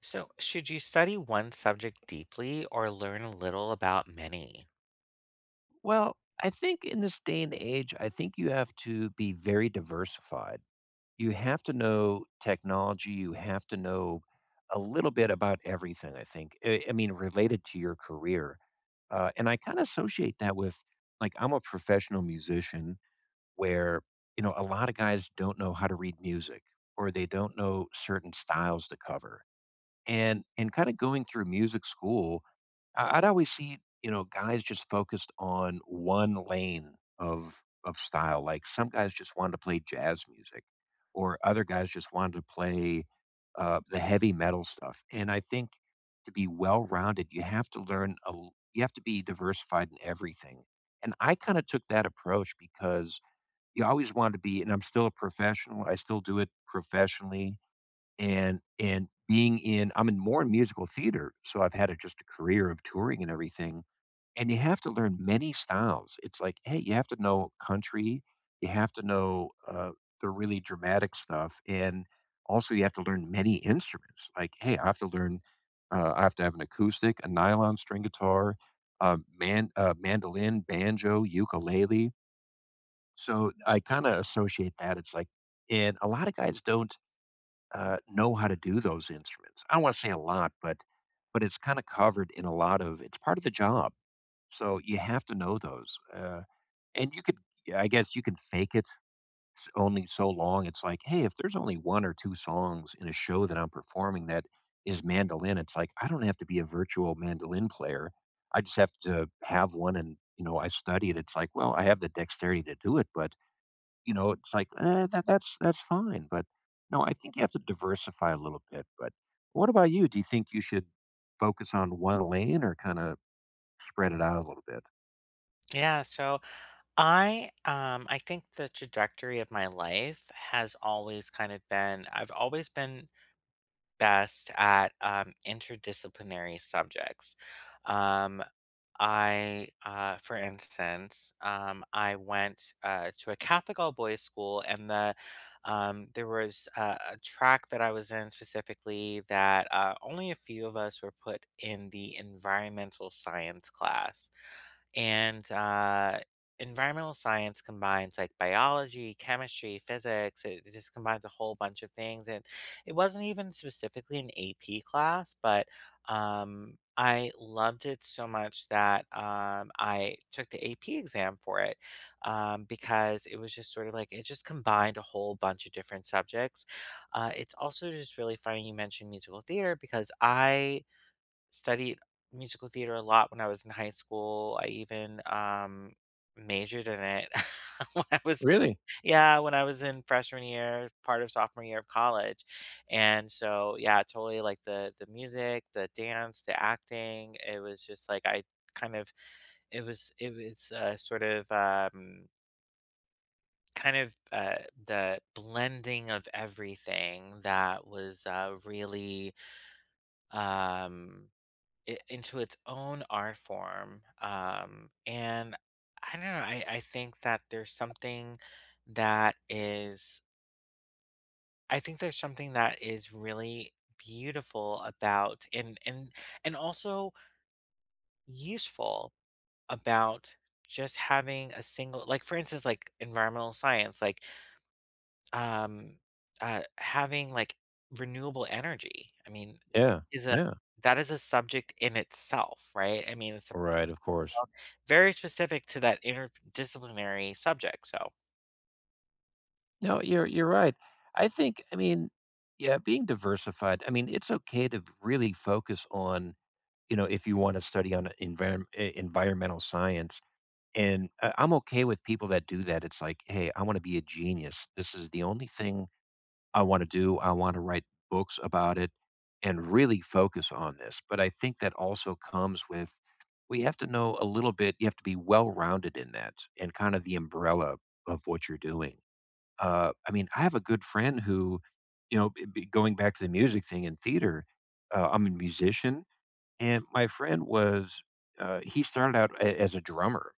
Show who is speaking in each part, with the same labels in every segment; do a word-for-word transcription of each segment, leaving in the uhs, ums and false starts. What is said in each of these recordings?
Speaker 1: So, should you study one subject deeply or learn a little about many?
Speaker 2: Well, I think in this day and age, I think you have to be very diversified. You have to know technology. You have to know a little bit about everything, I think. I, I mean, related to your career. Uh, and I kind of associate that with like, I'm a professional musician where, you know, a lot of guys don't know how to read music or they don't know certain styles to cover. And, and kind of going through music school I I'd always see, you know, guys just focused on one lane of of style. Like some guys just wanted to play jazz music, or other guys just wanted to play uh, the heavy metal stuff. And I think to be well rounded, you have to learn a l- you have to be diversified in everything. And I kind of took that approach because you always want to be, and I'm still a professional. I still do it professionally and and being in I'm in more in musical theater, so I've had a just a career of touring and everything, and you have to learn many styles. It's like, hey, you have to know country, you have to know uh, the really dramatic stuff, and also you have to learn many instruments. Like, hey, I have to learn, uh, I have to have an acoustic, a nylon string guitar, uh, man, uh, mandolin, banjo, ukulele. So I kind of associate that. It's like, and a lot of guys don't uh, know how to do those instruments. I don't want to say a lot, but but it's kind of covered in a lot of. It's part of the job, so you have to know those. Uh, and you could, I guess, you can fake it s- only so long. It's like, hey, if there's only one or two songs in a show that I'm performing that is mandolin, it's like I don't have to be a virtual mandolin player. I just have to have one, and you know, I study it. It's like, well, I have the dexterity to do it, but you know, it's like, eh, that that's that's fine, but no, I think you have to diversify a little bit, but what about you? Do you think you should focus on one lane or kinda spread it out a little bit?
Speaker 1: Yeah, so I um I think the trajectory of my life has always kind of been I've always been best at um interdisciplinary subjects. Um I, uh, for instance, um, I went uh, to a Catholic all boys school, and the um, there was uh, a track that I was in specifically that uh, only a few of us were put in the environmental science class. And uh, Environmental science combines like biology, chemistry, physics. It, it just combines a whole bunch of things. And it wasn't even specifically an A P class, but um, I loved it so much that um, I took the A P exam for it um, because it was just sort of like it just combined a whole bunch of different subjects. Uh, it's also just really funny you mentioned musical theater because I studied musical theater a lot when I was in high school. I even, um, majored in it when I was yeah, when I was in freshman year, part of sophomore year of college, and so, yeah, totally like the the music, the dance, the acting, it was just like I kind of it was it was, uh, sort of, um, kind of, uh, the blending of everything that was, uh, really, um it into its own art form. Um, and I don't know, I, I think that there's something that is I think there's something that is really beautiful about and and and also useful about just having a single like for instance like environmental science like um uh having like renewable energy I mean
Speaker 2: Yeah,
Speaker 1: is a
Speaker 2: yeah.
Speaker 1: that is a subject in itself, right? I mean it's
Speaker 2: Right, of course.
Speaker 1: very specific to that interdisciplinary subject, so
Speaker 2: No, you're you're right. I think I mean, yeah, being diversified, I mean, it's okay to really focus on, you know, if you wanna study on environment environmental science, and I I'm okay with people that do that. It's like, "Hey, I wanna be a genius. This is the only thing I want to do. I want to write books about it and really focus on this." But I think that also comes with we have to know a little bit. You have to be well rounded in that and kind of the umbrella of what you're doing. Uh, I mean, I have a good friend who, you know, b- b- going back to the music thing in theater, uh, I'm a musician, and my friend was, uh, he started out a- as a drummer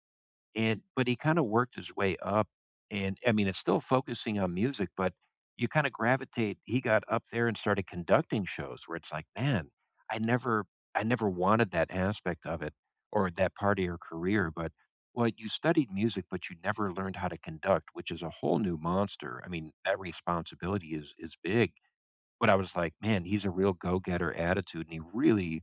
Speaker 2: and but he kinda worked his way up, and I mean, it's still focusing on music, but you kinda gravitate he got up there and started conducting shows where it's like, "Man, I never I never wanted that aspect of it or that part of your career," but well, you studied music, but you never learned how to conduct, which is a whole new monster. I mean, that responsibility is is big, but I was like, "Man, he's a real go-getter attitude, and he really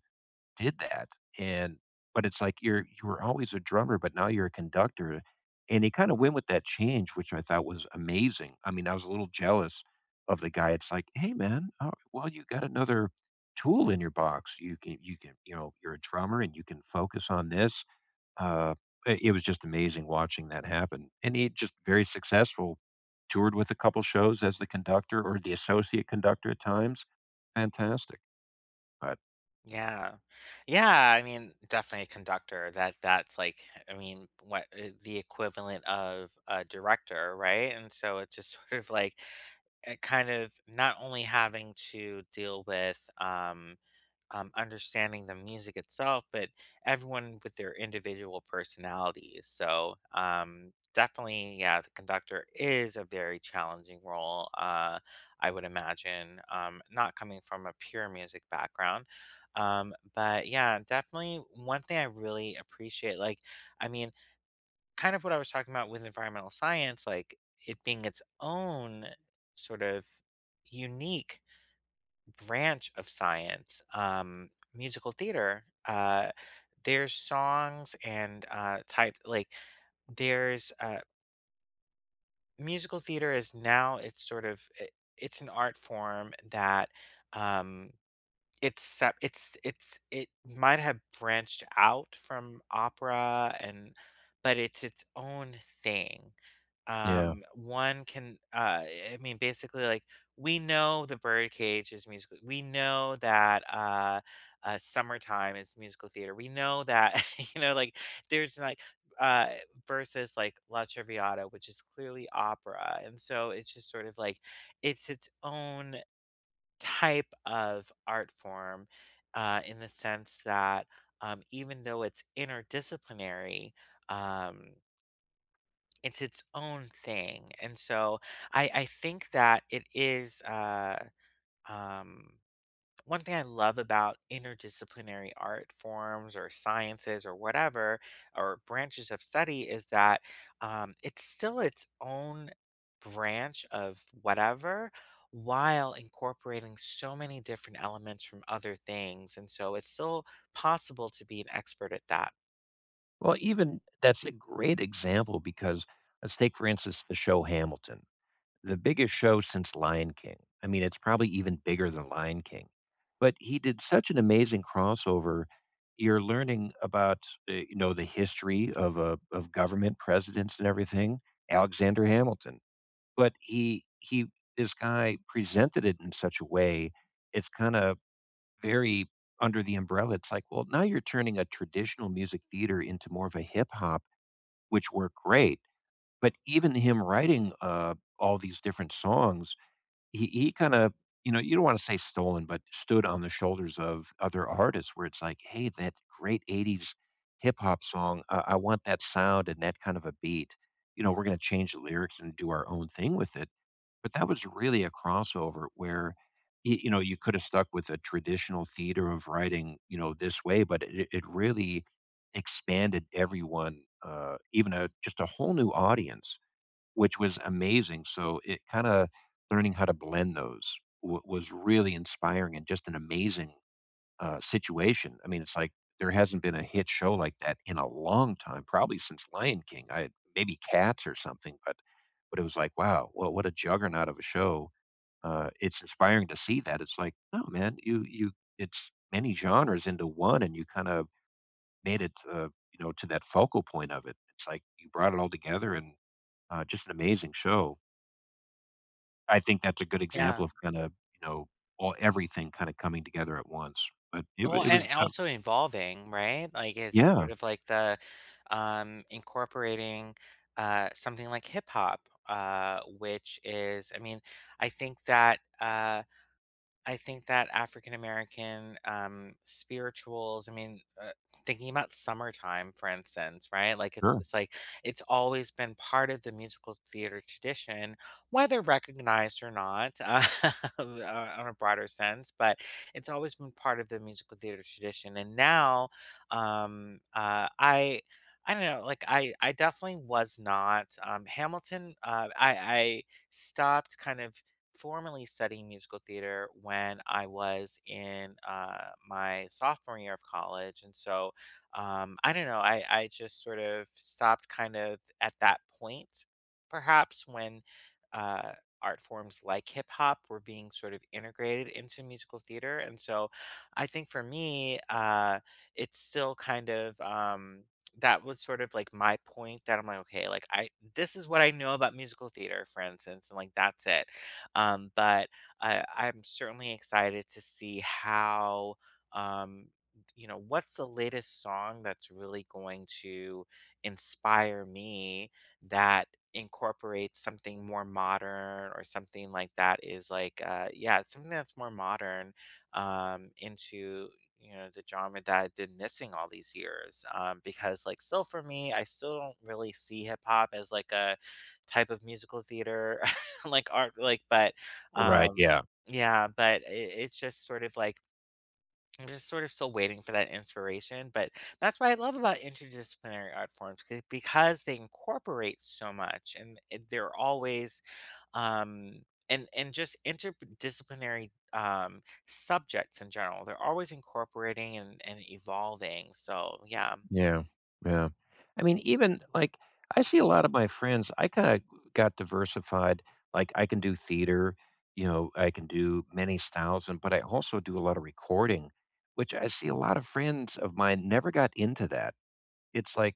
Speaker 2: did that, and but it's like you're you were always a drummer, but now you're a conductor, and he kinda went with that change, which I thought was amazing. I mean, I was a little jealous of the guy. It's like, "Hey, man, uh, well, you got another tool in your box. You can you can you know, you're a drummer, and you can focus on this." Uh, I it was just amazing watching that happen, and he just very successful, toured with a couple shows as the conductor or the associate conductor at times. Fantastic, but
Speaker 1: yeah. Yeah, I mean, definitely a conductor, that that's like I mean, what, uh, the equivalent of a director, right? And so it's just sort of like, it kind of not only having to deal with, um um, understanding the music itself, but everyone with their individual personalities. So um, definitely, yeah, the conductor is a very challenging role. Uh, I would imagine, um, not coming from a pure music background, um, but yeah, definitely one thing I really appreciate. Like, I mean, kind of what I was talking about with environmental science, like it being its own sort of unique branch of science, um, musical theater, uh, there's songs and uh, type like there's uh, musical theater is now it's sort of I- it's an art form that um, it's sep it's it's it might have branched out from opera and but it's its own thing.
Speaker 2: yeah.
Speaker 1: Um, one can uh, I mean, basically, like, we know The Birdcage is musical we know that, uh, uh, Summertime is musical theater. We know that, you know, like, there's, like, uh versus, like, La Traviata, which is clearly opera, and so it's just sort of like it's its own type of art form uh, in the sense that um, even though it's interdisciplinary, um, it's its own thing. And so I, I think that it is. Uh, um, One thing I love about interdisciplinary art forms or sciences or whatever, or branches of study is that um, it's still its own branch of whatever while incorporating so many different elements from other things. And so it's still possible to be an expert at that.
Speaker 2: Well, even that's a great example because let's take, for instance, the show Hamilton, the biggest show since Lion King. I mean, it's probably even bigger than Lion King. But he did such an amazing crossover. You're learning about, uh, you know, the history of a of government, presidents, and everything. Alexander Hamilton, but he he this guy presented it in such a way. It's kind of very under the umbrella. It's like, well, now you're turning a traditional music theater into more of a hip hop, which worked great. But even him writing uh, all these different songs, he, he kind of, you know, you don't want to say stolen, but stood on the shoulders of other artists where it's like, hey, that great eighties hip hop song, uh, I want that sound and that kind of a beat. You know, we're going to change the lyrics and do our own thing with it. But that was really a crossover where, y you know, you coulda stuck with a traditional theater of writing, you know, this way, but it it really expanded everyone, uh, even a just a whole new audience, which was amazing. So it kinda learning how to blend those wa was really inspiring and just an amazing uh, situation. I mean, it's like there hasn't been a hit show like that in a long time, probably since Lion King. I had maybe Cats or something, but but it was like, wow, well, what a juggernaut of a show. Uh, it's inspiring to see that. It's like, no, man, you you, it's many genres into one, and you kind of made it, uh, you know, to that focal point of it. It's like you brought it all together, and uh, just an amazing show. I think that's a good example
Speaker 1: Yeah.
Speaker 2: of kind of you know all everything kind of coming together at once. But it wa-
Speaker 1: Well,
Speaker 2: it was
Speaker 1: and
Speaker 2: a tough-
Speaker 1: also involving, right? Like, it's
Speaker 2: yeah,
Speaker 1: sort of like the um, incorporating uh, something like hip hop, uh, which is, I mean, I think that. Uh, I think that African American, um, spirituals I mean, uh, thinking about Summertime, for instance, right? Like, it's
Speaker 2: sure.
Speaker 1: just like it's always been part of the musical theater tradition, whether recognized or not, uh, on a broader sense, but it's always been part of the musical theater tradition, and now, um, uh, I I don't know, like, I I definitely was not, um Hamilton, uh, I I stopped kind of formally studying musical theater when I was in uh, my sophomore year of college. And so um, I don't know, I, I just sort of stopped kind of at that point, perhaps when uh, art forms like hip hop were being sort of integrated into musical theater. And so I think for me, uh, it's still kind of. Um, that was sort of like my point that I'm like, okay, like I this is what I know about musical theater, for instance, and like that's it um, but I, I'm certainly excited to see how, um, you know, what's the latest song that's really going to inspire me that incorporates something more modern or something like that is like, uh, yeah, something that's more modern um, into you know the genre that I've been missing all these years. Um, because like still for me, I still don't really see hip hop as like a type of musical theater like art like but
Speaker 2: Right,
Speaker 1: um
Speaker 2: yeah.
Speaker 1: yeah but it, it's just sort of like I'm just sort of still waiting for that inspiration but that's what I love about interdisciplinary art forms 'cause- because they incorporate so much and it- they're always um and and just interdisciplinary um subjects in general they're always incorporating and, and evolving so yeah
Speaker 2: Yeah, yeah. I mean, even, like, I see a lot of my friends I kinda got diversified, like, I can do theater, you know, I can do many styles, and but I also do a lot of recording, which I see a lot of friends of mine never got into that. It's like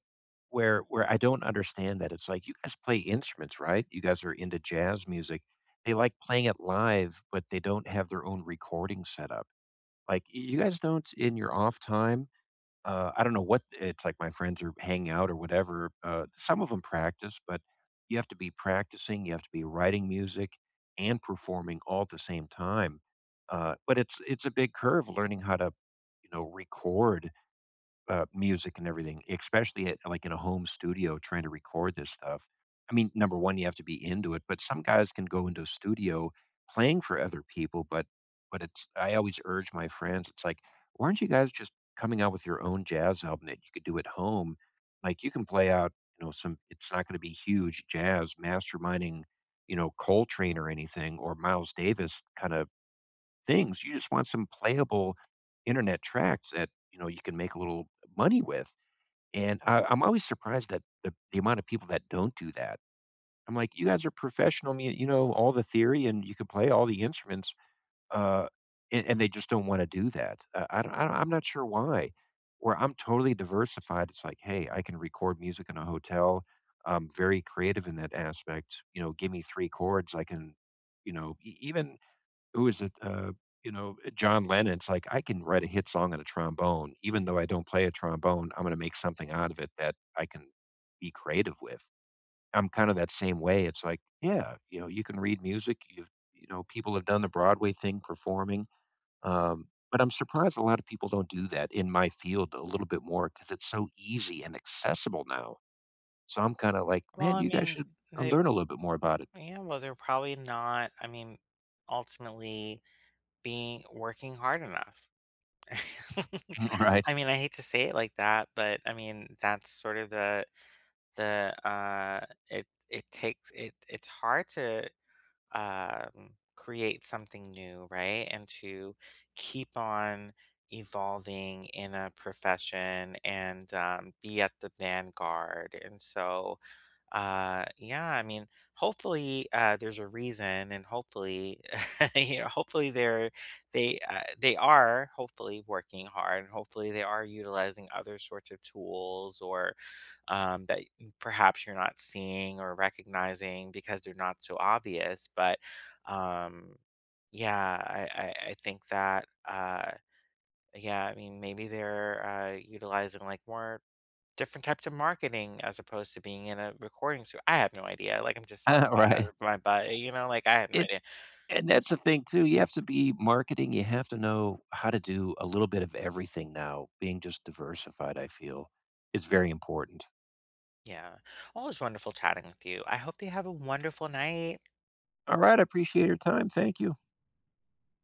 Speaker 2: where where I don't understand that, it's like, "You guys play instruments, right? You guys are into jazz music." They like playing it live, but they don't have their own recording setup. Like, y- "You guys don't in your off time Uh, I don't know what it's like my friends are hanging out or whatever. Uh, some of them practice, but you have to be practicing, you have to be writing music and performing all at the same time. Uh, but it's it's a big curve learning how to, you know, record uh, music and everything, especially at like in a home studio trying to record this stuff. I mean, number one, you have to be into it, but some guys can go into a studio playing for other people, but but it's I always urge my friends, it's like, why aren't you guys just coming out with your own jazz album that you could do at home? Like you can play out, you know, some it's not going to be huge jazz masterminding, you know, Coltrane or anything or Miles Davis kind of things. You just want some playable internet tracks that, you know, you can make a little money with. And I, I'm always surprised that the, the amount of people that don't do that. I'm like, you guys are professional. mu- You know all the theory, and you can play all the instruments, uh, and, and they just don't want to do that. Uh, I, don't, I don't, I'm not sure why. Where I'm totally diversified, it's like, hey, I can record music in a hotel. I'm very creative in that aspect. You know, give me three chords, I can, you know, e- even who is it? Uh, you know, eh, John Lennon's like, "I can write a hit song on a trombone. Even though I don't play a trombone, I'm gonna make something out of it that I can be creative with." I'm kind of that same way. It's like, yeah, you know, you can read music. You've, you know, people have done the Broadway thing performing. Um, but I'm surprised a lot of people don't do that in my field a little bit more because it's so easy and accessible now. So I'm kind of like,
Speaker 1: well
Speaker 2: man,
Speaker 1: i
Speaker 2: you guys
Speaker 1: mean
Speaker 2: should uh,
Speaker 1: they
Speaker 2: learn a little bit more about it.
Speaker 1: yeah, well they're probably not I mean ultimately being working hard enough.
Speaker 2: All right.
Speaker 1: I mean, I hate to say it like that, but I mean, that's sort of the the uh it it takes it it's hard to um create something new, right? And to keep on evolving in a profession and um, be at the vanguard. And so uh, yeah, I mean, hopefully, uh, there's a reason, and hopefully, you know, hopefully they're they uh, they are hopefully working hard, and hopefully they are utilizing other sorts of tools or um, that perhaps you're not seeing or recognizing because they're not so obvious. But um, yeah, I, I I think that uh, yeah, I mean, maybe they're uh, utilizing like more different types of marketing as opposed to being in a recording studio. I have no idea, like, I'm just talking
Speaker 2: All right.
Speaker 1: out of my butt, you know, like, I have no idea.
Speaker 2: And that's the thing too, you have to be marketing, you have to know how to do a little bit of everything now. Being just diversified, I feel, is very important.
Speaker 1: Yeah. Always wonderful chatting with you. I hope that you have a wonderful night.
Speaker 2: Alright, I appreciate your time, thank you.